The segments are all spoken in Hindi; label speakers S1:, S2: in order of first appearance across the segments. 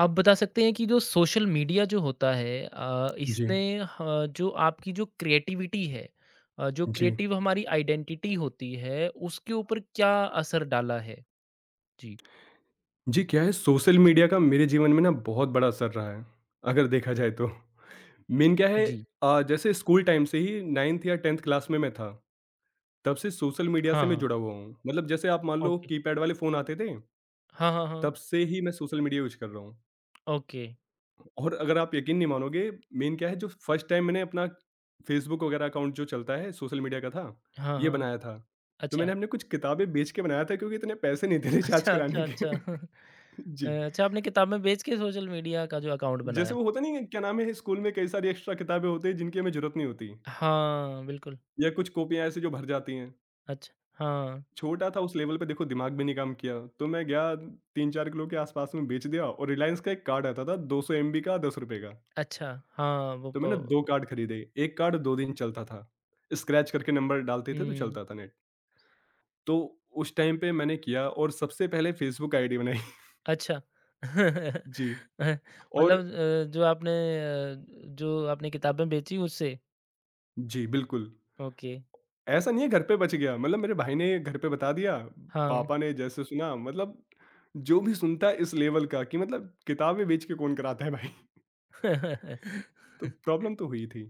S1: आप बता सकते हैं कि जो सोशल मीडिया जो होता है,
S2: जी,
S1: इसने जो क्रिएटिविटी है, जो
S2: जी।
S1: क्रिएटिव हमारी आइडेंटिटी होती है उसके ऊपर क्या असर डाला है? जी,
S2: जी, क्या है सोशल मीडिया का मेरे जीवन में ना बहुत बड़ा असर रहा है, अगर देखा जाए तो। मेन क्या है
S1: जी।
S2: जैसे स्कूल टाइम से ही 9th या 10th क्लास में मैं था, तब से सोशल मीडिया
S1: हाँ,
S2: से मैं
S1: हाँ।
S2: जुड़ा हुआ हूँ। मतलब जैसे आप मान लो
S1: ओके।
S2: कीपैड वाले फ़ोन आते थे,
S1: हाँ, हाँ, हाँ।
S2: तब से ही मैं सोशल मीडिया यूज़ कर रहा हूँ।
S1: ओके।
S2: और अगर आप यकीन नहीं मानोगे, मेन क्या है जो फर्स्ट टाइम मैंने अपना फेसबुक वगैरह अकाउंट जो चलता है सोशल मीडिया का था,
S1: हाँ,
S2: ये
S1: हाँ।
S2: बनाया था। तो
S1: अच्छा।
S2: मैंने अपने कुछ किताबें बेच के बनाया था क्योंकि इतने पैसे नहीं थे रिचार्ज
S1: अच्छा, अच्छा,
S2: कराने
S1: अच्छा।
S2: के। जी।
S1: अच्छा, आपने किताबें बेच के सोशल मीडिया का जो अकाउंट
S2: जैसे
S1: बनाया।
S2: वो होता नहीं है, क्या नाम है, स्कूल में कई सारी एक्स्ट्रा किताबें होती हैं जिनकी हमें ज़रूरत नहीं होती
S1: हाँ, बिल्कुल।
S2: या कुछ कॉपियाँ ऐसी जो भर जाती हैं।
S1: अच्छा। हाँ।
S2: छोटा था उस लेवल पे देखो दिमाग भी नहीं काम किया, तो मैं गया 3-4 किलो के आसपास में बेच दिया और रिलायंस का एक कार्ड आता था 200 एमबी का ₹10 का।
S1: अच्छा। हाँ, वो
S2: तो मैंने 2
S1: प
S2: कार्ड खरीदे, 1 कार्ड 2 दिन चलता था। स्क्रैच करके नंबर डालते थे तो
S1: हुँ।
S2: चलता था नेट। तो उस टाइम पे मैंने किया और सबसे पहले फेसबुक आईडी बनाई।
S1: अच्छा।
S2: जी
S1: अ,
S2: और
S1: मतलब जो आपने किताबें बेची उससे?
S2: जी, बिल्कुल।
S1: ओके,
S2: ऐसा नहीं है घर पे बच गया, मतलब मेरे भाई ने घर पे बता दिया,
S1: हाँ।
S2: पापा ने जैसे सुना मतलब जो भी सुनता है इस लेवल का कि मतलब किताबें बेच के कौन कराता है भाई? तो प्रॉब्लम तो हुई थी।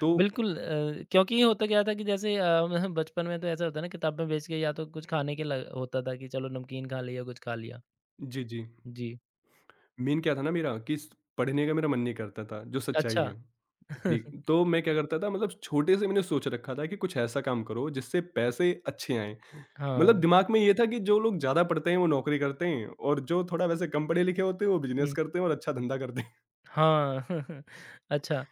S2: तो
S1: बिल्कुल, क्योंकि ये होता क्या था कि जैसे, म बचपन में तो ऐसा होता है ना, किताबें बेच के या तो कुछ खाने के ल होता था कि चलो नमकीन खा लिया, कुछ खा लिया।
S2: जी, जी।
S1: जी,
S2: मेन क्या था ना मेरा कि स पढ़ने का मेरा मन नहीं करता था, जो सच्चाई
S1: अच्छा।
S2: है। ठीक, तो मैं क्या करता था मतलब छोटे से मैंने सोच रखा था कि कुछ ऐसा काम करो जिससे पैसे अच्छे आएँ। मतलब
S1: हाँ,
S2: दिमाग में ये था कि जो लोग ज़्यादा पढ़ते हैं वो नौकरी करते हैं और जो थोड़ा वैसे कम पढ़े लिखे होते हैं वो बिज़नेस
S1: हुँ,
S2: करते हैं और अच्छा धंधा करते हैं।
S1: हाँ। अच्छा,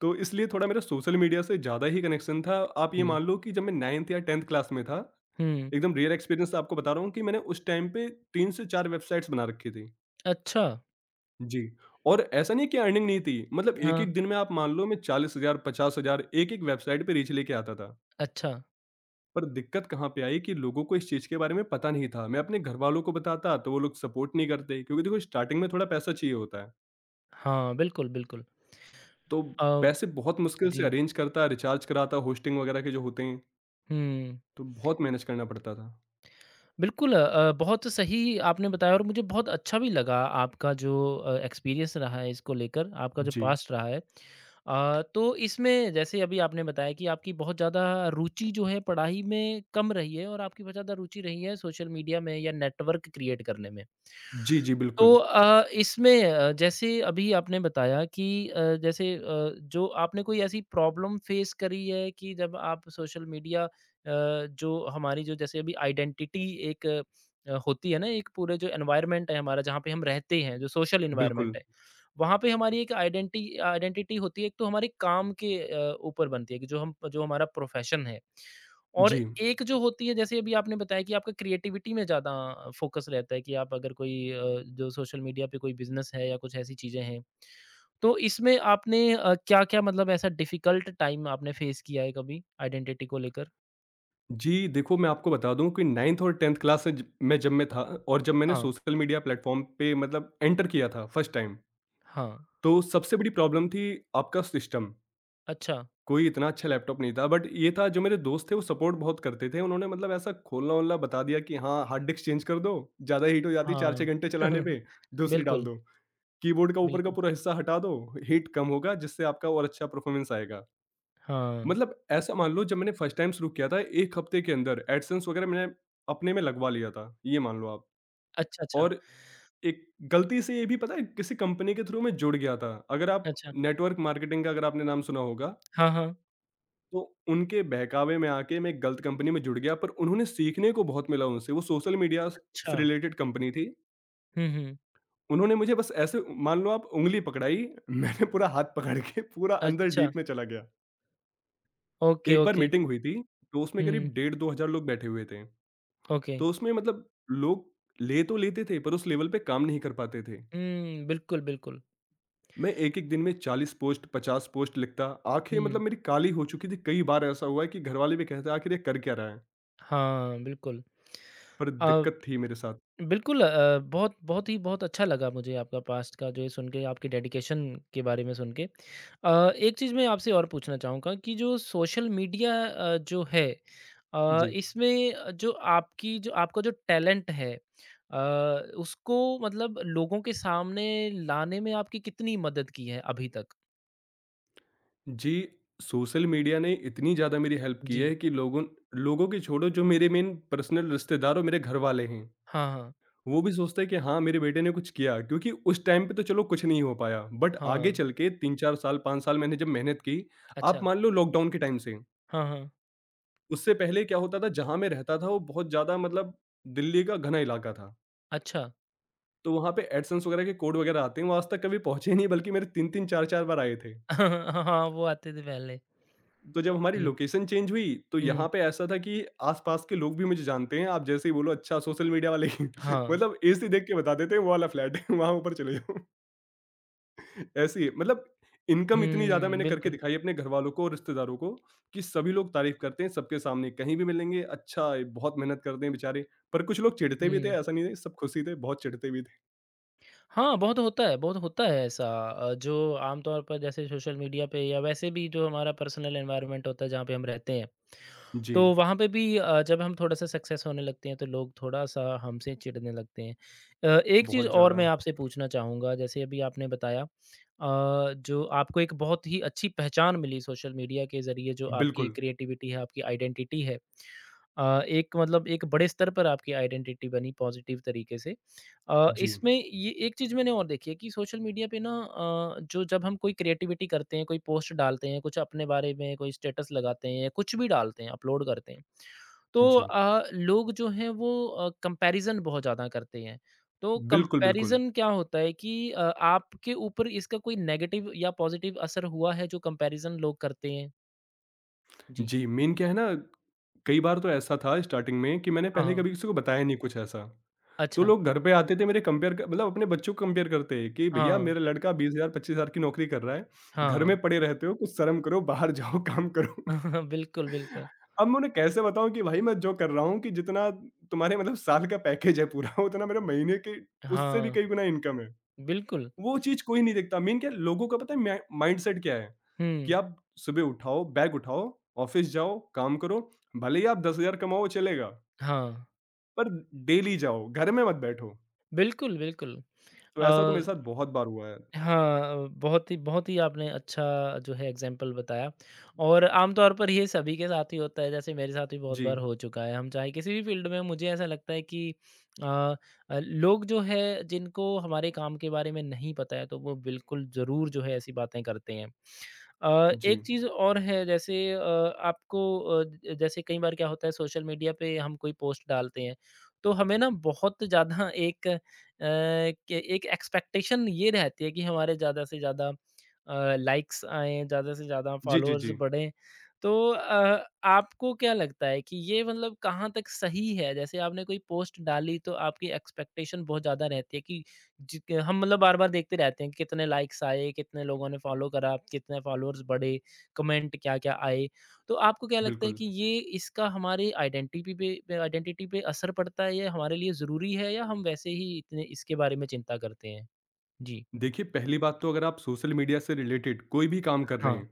S2: तो इसलिए थोड़ा मेरा सोशल मीडिया से ज़्यादा ही कनेक्शन था। आप ये
S1: हुँ,
S2: मान लो कि जब मैं 9th या 10th क्लास में था,
S1: हुँ,
S2: एकदम रियल एक्सपीरियंस आपको बता रहा हूँ कि मैंने उस टाइम पे 3 से 4 वेबसाइट्स बना रखी थी।
S1: अच्छा।
S2: जी, और ऐसा नहीं कि अर्निंग नहीं थी, मतलब
S1: हाँ,
S2: एक-एक दिन में आप मान लो मैं 40,000, 50,000 एक-एक वेबसाइट पे रीच लेके आता था।
S1: अच्छा।
S2: पर दिक्कत कहाँ पे आई कि लोगों को इस चीज़ के बारे में पता नहीं था। मैं अपने घरवालों को बताता तो वो लोग सपोर्ट नहीं करते क्योंकि देखो स्टार्टिंग में थोड़ा पैसा चाहिए होता है।
S1: हाँ, बिल्कुल, बिल्कुल।
S2: तो
S1: अ,
S2: पैसे बहुत मुश्किल से
S1: जी,
S2: अरेंज करता, रिचार्ज कराता, होस्टिंग वगैरह के जो होते हैं।
S1: हुँ।
S2: तो बहुत मैनेज करना पड़ता था।
S1: बिल्कुल, बहुत सही आपने बताया और मुझे बहुत अच्छा भी लगा, आपका जो एक्सपीरियंस रहा है इसको लेकर, आपका जो
S2: जी।
S1: पास्ट रहा है। तो इसमें, जैसे अभी आपने बताया कि आपकी बहुत ज़्यादा रुचि जो है पढ़ाई में कम रही है और आपकी बहुत ज़्यादा रुचि रही है सोशल मीडिया में या नेटवर्क क्रिएट करने में।
S2: जी, जी,
S1: तो
S2: बिल्कुल।
S1: इसमें जैसे अभी आपने बताया कि जैसे जो आपने कोई ऐसी प्रॉब्लम फेस करी है कि जब आप सोशल मीडिया, जो हमारी जो जैसे अभी आइडेंटिटी एक होती है ना, एक पूरे जो एनवायरनमेंट है हमारा जहाँ पे हम रहते हैं जो सोशल एनवायरनमेंट
S2: बिल्कुल।
S1: है, वहाँ पे हमारी एक आइडेंटिटी आइडेंटिटी होती है, एक तो हमारे काम के ऊपर बनती है कि जो हम जो हमारा प्रोफेशन है, और
S2: जी।
S1: एक जो होती है जैसे अभी आपने बताया कि आपका क्रिएटिविटी में ज़्यादा फ़ोकस रहता है कि आप अगर कोई जो सोशल मीडिया पे कोई बिज़नेस है या कुछ ऐसी चीज़ें हैं। तो इसमें आपने क्या-क्या मतलब ऐसा डिफ़िकल्ट टाइम आपने फ़ेस किया है कभी आइडेंटिटी को लेकर?
S2: जी, देखो मैं आपको बता दूँ कि 9th और 10th क्लास से ज में जब मैं था और जब मैंने
S1: हाँ,
S2: सोशल मीडिया प्लेटफ़ॉर्म पे मतलब एंटर किया था फर्स्ट टाइम,
S1: हाँ।
S2: तो सबसे बड़ी प्रॉब्लम थी आपका सिस्टम।
S1: अच्छा।
S2: कोई इतना अच्छा लैपटॉप नहीं था बट ये था जो मेरे दोस्त थे वो सपोर्ट बहुत करते थे। उन्होंने मतलब ऐसा खोलना-वोलना बता दिया कि हाँ, हार्ड डिस्क चेंज कर दो, ज़्यादा हीट हो जाती है 4-6
S1: हाँ।
S2: घंटे चलाने पे, दूसरी डाल
S1: बिल्कुल,
S2: दो। कीबोर्ड का ऊपर का
S1: बिल्कुल।
S2: पूरा हिस्सा हटा दो, हीट कम होगा जिससे आपका और अच्छा परफॉर्मेंस आएगा।
S1: हाँ।
S2: मतलब ऐसा मान लो जब मैंने फर्स्ट टाइम शुरू किया था, 1 हफ्ते के अंदर एडसेंस वगैरह मैंने अपने में लगवा लिया था, ये मान लो आप।
S1: अच्छा, अच्छा।
S2: और एक गलती से ये भी पता है किसी कंपनी के थ्रू मैं जुड़ गया था। अगर आप
S1: अच्छा।
S2: नेटवर्क मार्केटिंग का अगर आपने नाम सुना होगा,
S1: हाँ, हाँ।
S2: तो उनके बहकावे में आके मैं एक गलत कंपनी में जुड़ गया पर उन्होंने सीखने को बहुत मिला उनसे। वो सोशल मीडिया स
S1: अच्छा।
S2: से रिलेटेड कंपनी थी।
S1: हुँ, हुँ।
S2: उन्होंने मुझे बस ऐसे मान लो आप उँगली पकड़ाई, मैंने पूरा हाथ पकड़ के पूरा अंदर
S1: अच्छा।
S2: डीप में चला गया।
S1: ओके,
S2: एक बार
S1: ओके।
S2: मीटिंग हुई थी, तो उसमें
S1: हुँ,
S2: करीब डेढ़ 2 हज़ार लोग बैठे हुए थे।
S1: ओके।
S2: तो उसमें मतलब लोग ले तो लेते थे पर उस लेवल पे काम नहीं कर पाते थे।
S1: हुँ, बिल्कुल, बिल्कुल।
S2: मैं एक-एक दिन में 40 पोस्ट 50 पोस्ट लिखता, आँखें
S1: हुँ।
S2: मतलब मेरी काली हो चुकी थी। कई बार ऐसा हुआ है कि घरवाले भी कहते आखिर ये कर क्या रहा है?
S1: हाँ, बिल्कुल।
S2: पर
S1: अ,
S2: दिक्कत थी मेरे साथ।
S1: बिल्कुल, बहुत बहुत ही बहुत अच्छा लगा मुझे आपका पास्ट का जो ये सुन के, आपके डेडिकेशन के बारे में सुन के। एक चीज़ मैं आपसे और पूछना चाहूँगा कि जो सोशल मीडिया, जो है,
S2: जी।
S1: इसमें, जो आपका जो टैलेंट है, उसको मतलब लोगों के सामने लाने में आपकी कितनी मदद की है अभी तक?
S2: जी, सोशल मीडिया ने इतनी ज़्यादा मेरी हेल्प की
S1: जी।
S2: है कि लोगों लोगों की छोड़ो जो मेरे मेन पर्सनल रिश्तेदार और मेरे घरवाले हैं,
S1: हाँ, हाँ।
S2: वो भी सोचते हैं कि हाँ, मेरे बेटे ने कुछ किया क्योंकि उस टाइम पे तो चलो कुछ नहीं हो पाया बट आगे
S1: हाँ।
S2: चल के 3-4 साल 5 साल मैंने जब मेहनत की, आप
S1: अच्छा।
S2: मान लो लॉकडाउन के टाइम से
S1: हाँ, हाँ।
S2: उससे पहले क्या होता था जहाँ मैं रहता था वो बहुत ज़्यादा मतलब दिल्ली का घना इलाका था।
S1: अच्छा।
S2: तो वहाँ पे एडसेंस वगैरह के कोड वगैरह आते हैं, वो आज तक कभी पहुँचे ही नहीं बल्कि मेरे 3-3 4-4 बार आए थे।
S1: हाँ, हाँ, वो आते थे पहले।
S2: तो जब हमारी
S1: जी।
S2: लोकेशन चेंज हुई तो
S1: हुँ,
S2: यहाँ पे ऐसा था कि आस-पास के लोग भी मुझे जानते हैं, आप जैसे ही बोलो अच्छा सोशल मीडिया वाले
S1: हाँ।
S2: मतलब ऐसे देख के बता देते हैं वो वाला फ्लैट है वहाँ ऊपर चले जाओ। ऐसी है। मतलब इनकम इतनी ज़्यादा
S1: हुँ,
S2: मैंने करके
S1: बिल्कुल।
S2: दिखाई है अपने घरवालों को और रिश्तेदारों को कि सभी लोग तारीफ करते हैं सबके सामने कहीं भी मिलेंगे अच्छा ये बहुत मेहनत करते हैं बेचारे पर कुछ लोग चिढ़ते भी थे
S1: हुँ।
S2: ऐसा नहीं है सब खुशी थे बहुत चिढ़ते भी थे।
S1: हाँ, बहुत होता है ऐसा, जो आमतौर पर जैसे सोशल मीडिया पे या वैसे भी जो हमारा पर्सनल एनवायरनमेंट होता है जहाँ पे हम रहते हैं,
S2: जी।
S1: तो वहाँ पे भी जब हम थोड़ा-सा सक्सेस होने लगते हैं तो लोग थोड़ा-सा हमसे चिढ़ने लगते हैं। एक चीज़
S2: बहुत
S1: और
S2: ज़्यादा
S1: मैं आपसे पूछना चाहूँगा, जैसे अभी आपने बताया, जो आपको एक बहुत ही अच्छी पहचान मिली सोशल मीडिया के ज़रिए, जो आपकी
S2: बिल्कुल।
S1: क्रिएटिविटी है, आपकी आइडेंटिटी है। एक मतलब एक बड़े स्तर पर आपकी आइडेंटिटी बनी पॉजिटिव तरीके से।
S2: जी।
S1: इसमें ये एक चीज़ मैंने और देखी है कि सोशल मीडिया पे ना, जो जब हम कोई क्रिएटिविटी करते हैं, कोई पोस्ट डालते हैं, कुछ अपने बारे में कोई स्टेटस लगाते हैं या कुछ भी डालते हैं, अपलोड करते हैं, तो
S2: जी
S1: लोग जो हैं वो कंपैरिज़न बहुत ज़्यादा करते हैं। तो
S2: बिल्कुल बिल्कुल।
S1: कंपैरिज़न क्या होता है कि आपके ऊपर इसका कोई नेगेटिव या पॉजिटिव असर हुआ है जो कंपैरिज़न लोग करते हैं? जी।
S2: जी मेन क्या है ना कई बार तो ऐसा था स्टार्टिंग में कि मैंने
S1: हाँ,
S2: पहले
S1: हाँ।
S2: कभी किसी को बताया नहीं कुछ ऐसा तो
S1: अच्छा।
S2: लोग घर पे आते थे मेरे कंपेयर क मतलब अपने बच्चों को कंपेयर करते हैं कि भैया
S1: हाँ,
S2: मेरा लड़का 20,000 25,000 की नौकरी कर रहा है, घर
S1: हाँ।
S2: में पड़े रहते हो, कुछ शर्म करो, बाहर जाओ, काम करो।
S1: बिल्कुल, बिल्कुल।
S2: अब मैं उन्हें कैसे बताऊँ कि भाई मैं जो कर रहा हूँ कि जितना तुम्हारे मतलब साल का पैकेज है पूरा उतना मेरा महीने के उससे भी
S1: हाँ,
S2: कई गुना इनकम है।
S1: बिल्कुल।
S2: वो चीज़ कोई नहीं देखता, मेन क्या है लोगों का पता है मैं माइंडसेट क्या है, कि
S1: हुँ,
S2: आप सुबह उठाओ, बैग उठाओ, ऑफ़िस जाओ, काम करो, भले ही आप 10,000 कमाओ चलेगा,
S1: हाँ।
S2: पर डेली जाओ, घर में मत बैठो।
S1: बिल्कुल, बिल्कुल।
S2: तो
S1: अ,
S2: ऐसा तो मेरे साथ बहुत बार हुआ है।
S1: हाँ, बहुत ही आपने अच्छा जो है एग्ज़ाम्पल बताया, और आमतौर पर ये सभी के साथ ही होता है, जैसे मेरे साथ भी बहुत
S2: जी,
S1: बार हो चुका है। हम चाहे किसी भी फ़ील्ड में, मुझे ऐसा लगता है कि अ लोग जो है जिनको हमारे काम के बारे में नहीं पता है, तो वो बिल्कुल ज़रूर जो है ऐसी बातें करते हैं।
S2: जी।
S1: एक चीज़ और है जैसे, आपको अ, ज जैसे कई बार क्या होता है सोशल मीडिया पे हम कोई पोस्ट डालते हैं, तो हमें ना बहुत ज़्यादा एक अ, के एक एक्सपेक्टेशन ये रहती है कि हमारे ज़्यादा से ज़्यादा लाइक्स आएँ, ज़्यादा से ज़्यादा
S2: जी, जी,
S1: फॉलोअर्स
S2: जी।
S1: बढ़ें। तो आपको क्या लगता है कि ये मतलब कहाँ तक सही है? जैसे आपने कोई पोस्ट डाली, तो आपकी एक्सपेक्टेशन बहुत ज़्यादा रहती है कि जी, क हम मतलब बार-बार देखते रहते हैं कि कितने लाइक्स आए, कितने लोगों ने फ़ॉलो करा, कितने फ़ॉलोअर्स बढ़े, कमेंट क्या-क्या आए। तो आपको क्या लगता है
S2: बिल्कुल।
S1: कि ये इसका हमारे आइडेंटिटी पे असर पड़ता है? ये हमारे लिए ज़रूरी है या हम वैसे ही इतने इसके बारे में चिंता करते हैं? जी।
S2: देखिए, पहली बात तो अगर आप सोशल मीडिया से रिलेटेड कोई भी काम कर रहे
S1: हाँ।
S2: हैं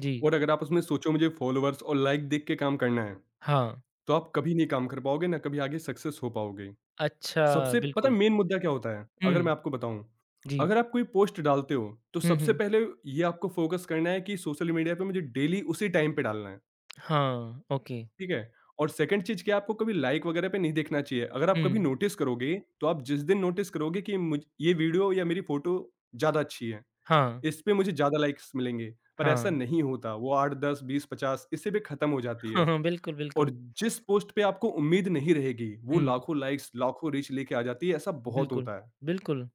S1: जी।
S2: और अगर आप उसमें सोचो मुझे फॉलोअर्स और लाइक देख के काम करना है,
S1: हाँ।
S2: तो आप कभी नहीं काम कर पाओगे, ना कभी आगे सक्सेस हो पाओगे।
S1: अच्छा,
S2: सबसे पता
S1: बिल्कुल।
S2: है मेन मुद्दा क्या होता है? अगर
S1: हुँ।
S2: मैं आपको बताऊँ,
S1: जी।
S2: अगर आप कोई पोस्ट डालते हो, तो
S1: हुँ,
S2: सबसे
S1: हुँ।
S2: पहले ये आपको फ़ोकस करना है कि सोशल मीडिया पे मुझे डेली उसी टाइम पे डालना है।
S1: हाँ, ओके।
S2: ठीक है? और सेकंड चीज़ क्या है आपको कभी लाइक वगैरह पे नहीं देखना चाहिए। अगर आप कभी
S1: हुँ।
S2: नोटिस करोगे, तो आप जिस दिन नोटिस करोगे कि मुझ ये वीडियो या मेरी फ़ोटो ज़्यादा अच्छी है,
S1: हाँ,
S2: इस पे मुझे ज़्यादा लाइक्स मिलेंगे, पर ऐसा
S1: हाँ।
S2: नहीं होता। वो 8, 10, 20, 50 इसी पे खत्म हो जाती
S1: हाँ,
S2: है।
S1: हाँ, बिल्कुल, बिल्कुल।
S2: और जिस पोस्ट पे आपको उम्मीद नहीं रहेगी, वो
S1: हुँ,
S2: लाखों लाइक्स, लाखों रीच लेके आ जाती है, ऐसा बहुत
S1: बिल्कुल,
S2: होता है।
S1: बिल्कुल,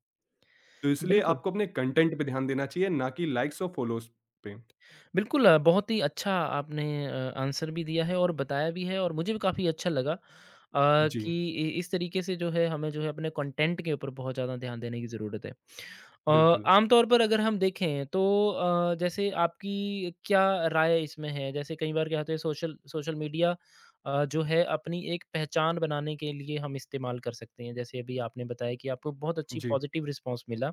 S2: तो इसलिए
S1: बिल्कुल।
S2: आपको अपने कंटेंट पे ध्यान देना चाहिए, ना कि लाइक्स और फ़ॉलोज़ पे।
S1: बिल्कुल, बहुत ही अच्छा आपने आंसर भी दिया है और बताया भी है और मुझे भी काफ़ी अच्छा लगा,
S2: जी,
S1: कि इस तरीके से जो है हमें जो है अपने कंटेंट के ऊपर बहुत ज़्यादा ध्यान देने की ज़रूरत है। अ,
S2: बिल्कुल।
S1: आमतौर पर अगर हम देखें, तो जैसे आपकी क्या राय इसमें है, जैसे कई बार क्या होता है सोशल सोशल मीडिया जो है अपनी एक पहचान बनाने के लिए हम इस्तेमाल कर सकते हैं, जैसे अभी आपने बताया कि आपको बहुत अच्छी
S2: जी,
S1: पॉजिटिव रिस्पॉन्स मिला,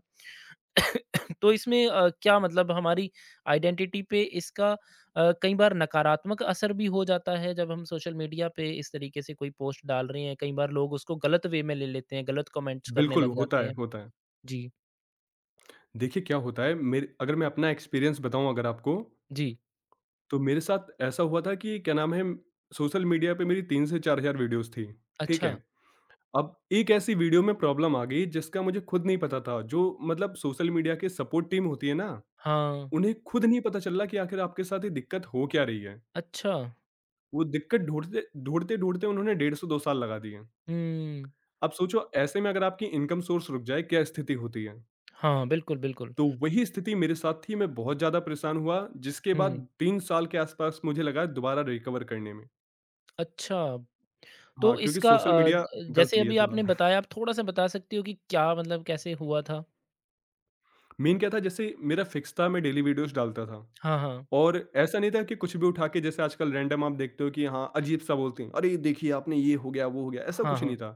S1: तो इसमें क्या मतलब हमारी आइडेंटिटी पे इसका कई बार नकारात्मक असर भी हो जाता है जब हम सोशल मीडिया पे इस तरीके से कोई पोस्ट डाल रहे हैं। कई बार लोग उसको गलत वे में ले लेते हैं, गलत कमेंट्स करने
S2: बिल्कुल,
S1: लग
S2: होता
S1: जाते
S2: है,
S1: हैं।
S2: होता है।
S1: जी,
S2: देखिए, क्या होता है मेरे अगर मैं अपना एक्सपीरियंस बताऊँ अगर आपको,
S1: जी।
S2: तो मेरे साथ ऐसा हुआ था कि क्या नाम है सोशल मीडिया पे मेरी 3 से 4,000 वीडियोज़ थी, ठीक है?
S1: अच्छा।
S2: अब एक ऐसी वीडियो में प्रॉब्लम आ गई जिसका मुझे खुद नहीं पता था, जो मतलब सोशल मीडिया के सपोर्ट टीम होती है ना,
S1: हाँ।
S2: उन्हें खुद नहीं पता चल रहा कि आखिर आपके साथ ये दिक्कत हो क्या रही है।
S1: अच्छा।
S2: वो दिक्कत ढूँढते-ढूँढते उन्होंने डेढ़ से 2 साल लगा दिए।
S1: हुँ।
S2: अब सोचो ऐसे में अगर आपकी इनकम सोर्स रुक जाए, क्या स्थिति होती है?
S1: हाँ, बिल्कुल, बिल्कुल।
S2: तो वही स्थिति मेरे साथ थी, मैं बहुत ज़्यादा परेशान हुआ, जिसके
S1: हुँ।
S2: बाद 3 साल के आसपास मुझे लगा दोबारा रिकवर करने में।
S1: अच्छा,
S2: हाँ,
S1: तो
S2: क्योंकि
S1: इसका
S2: सोशल मीडिया गलत
S1: जैसे
S2: भी है
S1: अभी
S2: थोड़ा।
S1: आपने बताया, आप थोड़ा-सा बता सकती हो कि क्या मतलब कैसे हुआ था?
S2: मेन क्या था जैसे मेरा फिक्स था मैं डेली वीडियोज़ डालता था
S1: हाँ, हाँ।
S2: और ऐसा नहीं था कि कुछ भी उठा के जैसे आजकल रैंडम आप देखते हो कि हाँ, अजीब-सा बोलते हैं, "अरे! देखिए आपने ये हो गया, वो हो गया।" ऐसा
S1: हाँ,
S2: कुछ नहीं
S1: हाँ।
S2: था।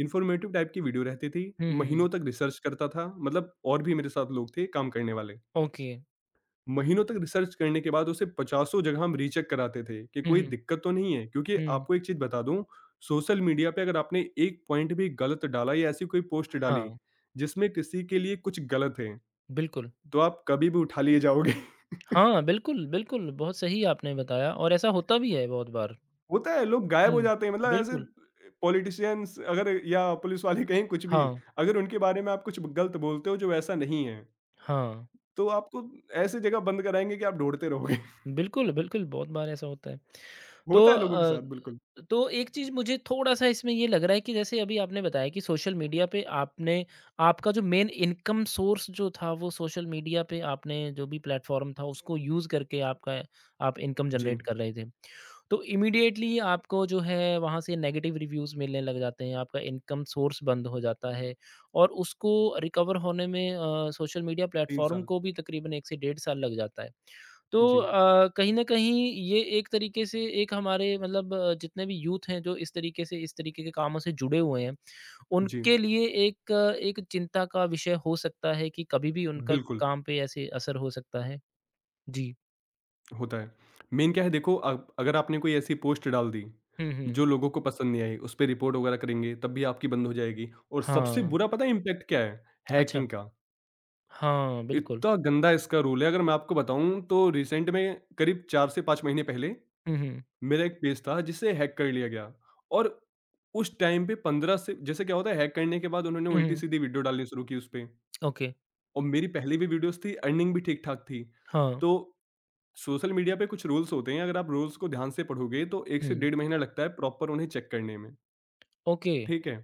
S2: इन्फॉर्मेटिव टाइप की वीडियो रहती थी,
S1: हुँ, हुँ।
S2: महीनों तक रिसर्च करता था, मतलब और भी मेरे साथ लोग थे काम करने वाले।
S1: ओके।
S2: महीनों तक रिसर्च करने के बाद उसे पचासों जगह हम रीचेक कराते थे कि
S1: हुँ,
S2: कोई
S1: हुँ।
S2: दिक्कत तो नहीं है क्योंकि
S1: हुँ।
S2: आपको एक चीज बता दूं। सोशल मीडिया पे अगर आपने एक पॉइंट भी गलत डाला या ऐसी कोई पोस्ट डाली
S1: हाँ।
S2: जिसमें किसी के लिए कुछ गलत है
S1: बिल्कुल।
S2: तो आप कभी भी उठा लिए जाओगे।
S1: हाँ, बिल्कुल, बिल्कुल, बहुत सही आपने बताया और ऐसा होता भी है बहुत बार।
S2: होता है, लोग गायब हो
S1: हुँ,
S2: जाते हैं मतलब ऐसे।
S1: बिल्कुल।
S2: पॉलिटिशियंस अगर या पुलिस वाले कहीं कुछ भी,
S1: हाँ,
S2: अगर उनके बारे में आप कुछ गलत बोलते हो जो ऐसा नहीं है
S1: हाँ,
S2: तो आपको ऐसे जगह बंद कराएंगे कि आप ढूंढते रहोगे।
S1: बिल्कुल, बिल्कुल, बहुत बार ऐसा होता है। तो
S2: होता है लोगों के
S1: अ,
S2: साथ बिल्कुल।
S1: तो एक चीज़ मुझे थोड़ा-सा इसमें ये लग रहा है, कि जैसे अभी आपने बताया कि सोशल मीडिया पे आपने, आपका जो मेन इनकम सोर्स जो था वो सोशल मीडिया पे आपने जो भी प्लेटफ़ॉर्म था उसको यूज़ करके आपका आप इनकम
S2: जी।
S1: जनरेट कर रहे थे। तो इमीडिएटली आपको जो है वहाँ से नेगेटिव रिव्यूज़ मिलने लग जाते हैं, आपका इनकम सोर्स बंद हो जाता है और उसको रिकवर होने में सोशल मीडिया
S2: तीन
S1: प्लेटफ़ॉर्म
S2: साल।
S1: को भी तकरीबन 1 से डेढ़ साल लग जाता है। तो
S2: जी।
S1: कहीं न कहीं ये एक तरीके से एक हमारे मतलब, जितने भी यूथ हैं जो इस तरीके से इस तरीके के कामों से जुड़े हुए हैं,
S2: जी,
S1: उनके लिए एक चिंता का विषय हो सकता है कि कभी भी उनका
S2: बिल्कुल,
S1: काम पे ऐसे असर हो सकता है। जी।
S2: होता है। मेन क्या है देखो, अगर आपने कोई ऐसी पोस्ट डाल दी,
S1: हुँ, हुँ।
S2: जो लोगों को पसंद नहीं आई, उस पे रिपोर्ट वगैरह करेंगे, तब भी आपकी बंद हो जाएगी। और सबसे
S1: हाँ।
S2: बुरा पता है इम्पैक्ट क्या है?
S1: अच्छा।
S2: हैकिंग का।
S1: हाँ, बिल्कुल।
S2: इतना गंदा इसका रूल है, अगर मैं आपको बताऊँ तो रिसेंट में करीब 4 से 5 महीने पहले
S1: हुँ, हुँ।
S2: मेरा एक पेज था जिसे हैक कर लिया गया। और उस टाइम पे 15 से जैसे क्या होता है, हैक करने के बाद उन्होंने
S1: हुँ, हुँ।
S2: उल्टी-सीधी वीडियो डालनी शुरू की उस पे।
S1: ओके।
S2: और मेरी पहले भी वीडियोज़ थी, अर्निंग भी ठीक-ठाक थी।
S1: हाँ।
S2: तो सोशल मीडिया पे कुछ रूल्स होते हैं, अगर आप रूल्स को ध्यान से पढ़ोगे तो 1 से
S1: हुँ।
S2: डेढ़ महीना लगता है प्रॉपर उन्हें चेक करने में,
S1: ओके।
S2: ठीक है?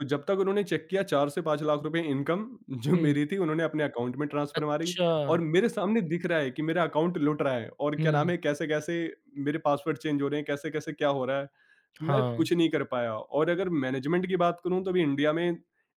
S2: तो जब तक उन्होंने चेक किया, 4 से 5 लाख रुपए इनकम जो
S1: हुँ।
S2: मेरी थी उन्होंने अपने अकाउंट में ट्रांसफर मारी।
S1: अच्छा।
S2: और मेरे सामने दिख रहा है कि मेरा अकाउंट लुट रहा है और क्या नाम
S1: हुँ।
S2: है, कैसे-कैसे मेरे पासवर्ड चेंज हो रहे हैं, कैसे-कैसे क्या हो रहा है। मैं
S1: हाँ।
S2: कुछ नहीं कर पाया। और अगर मैनेजमेंट की बात करूँ तो अभी इंडिया में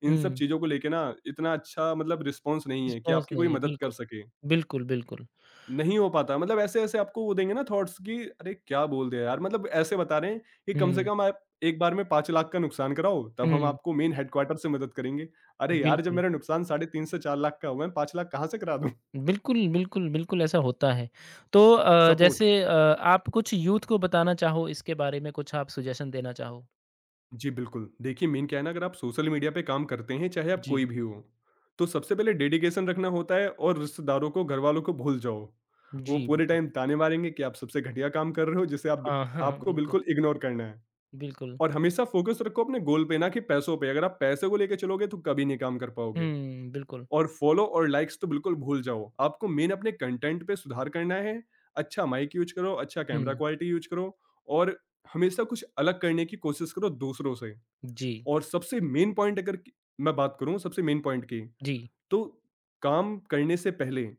S2: इन सब
S1: हुँ।
S2: चीज़ों को लेके ना इतना अच्छा मतलब रिस्पॉन्स नहीं है कि
S1: रिस्पॉन्स
S2: आपकी कोई
S1: नहीं है,
S2: मदद कर
S1: बिल्कुल।
S2: सके।
S1: बिल्कुल, बिल्कुल।
S2: नहीं हो पाता, मतलब ऐसे-ऐसे आपको वो देंगे ना थॉट्स कि अरे! क्या बोल दिया यार, मतलब ऐसे बता रहे हैं कि कम से
S1: हुँ।
S2: कम आप एक बार में 5 लाख का नुकसान कराओ, तब हम
S1: हुँ।
S2: आपको मेन हेडक्वार्टर से मदद करेंगे। अरे यार! जब
S1: बिल्कुल।
S2: मेरा नुकसान 3.5 से 4 लाख का हुआ है, 5 लाख कहाँ से करा दूँ?
S1: बिल्कुल, बिल्कुल, बिल्कुल ऐसा होता है। तो
S2: सपोर्ट।
S1: जैसे, आप कुछ यूथ को बताना चाहो इसके बारे में, कुछ आप सजेशन देना चाहो?
S2: जी, बिल्कुल। देखिए मेन क्या है ना, अगर आप सोशल मीडिया पे काम करते हैं, चाहे आप
S1: जी।
S2: कोई भी हो, तो सबसे पहले डेडिकेशन रखना होता है और रिश्तेदारों को, घरवालों को भूल जाओ। वो
S1: जी,
S2: पूरे
S1: बिल्कुल।
S2: टाइम ताने मारेंगे कि आप सबसे घटिया काम कर रहे हो, जिसे आप,
S1: हाँ, हाँ, हाँ।
S2: आपको
S1: बिल्कुल,
S2: बिल्कुल इग्नोर करना है।
S1: बिल्कुल।
S2: और हमेशा फ़ोकस रखो अपने गोल पे, ना कि पैसों पे। अगर आप पैसे को लेके चलोगे तो कभी नहीं काम कर पाओगे।
S1: हुँ, बिल्कुल।
S2: और फ़ॉलो और लाइक्स तो बिल्कुल भूल जाओ, आपको मेन अपने कंटेंट पे सुधार करना है, अच्छा माइक यूज़ करो, अच्छा कैमरा
S1: हुँ।
S2: क्वालिटी यूज़ करो। और हमेशा कुछ अलग करने की कोशिश करो दूसरों से।
S1: जी,
S2: और सबसे मेन पॉइंट अगर की, मैं बात करूँ सबसे मेन पॉइंट की,
S1: जी,
S2: तो काम करने से पहले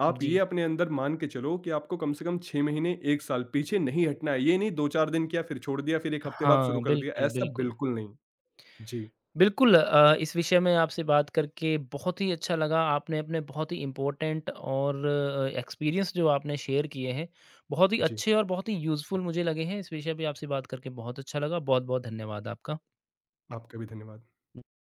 S2: आप ये
S1: जी।
S2: अपने अंदर मान के चलो कि आपको कम से कम 6 महीने 1 साल पीछे नहीं हटना है। ये नहीं 2-4 दिन किया फिर छोड़ दिया, फिर 1 हफ्ते बाद
S1: हाँ,
S2: शुरू कर दिया,
S1: बिल्कुल,
S2: ऐसा
S1: बिल्कुल।
S2: बिल्कुल नहीं। जी।
S1: बिल्कुल, इस विषय में आपसे बात करके बहुत ही अच्छा लगा। आपने अपने बहुत ही इम्पोर्टेंट और एक्सपीरियंस जो आपने शेयर किए हैं, बहुत ही
S2: जी।
S1: अच्छे और बहुत ही यूज़फुल मुझे लगे हैं। इस विषय पे आपसे बात करके बहुत अच्छा लगा। बहुत-बहुत धन्यवाद आपका।
S2: आपका भी धन्यवाद।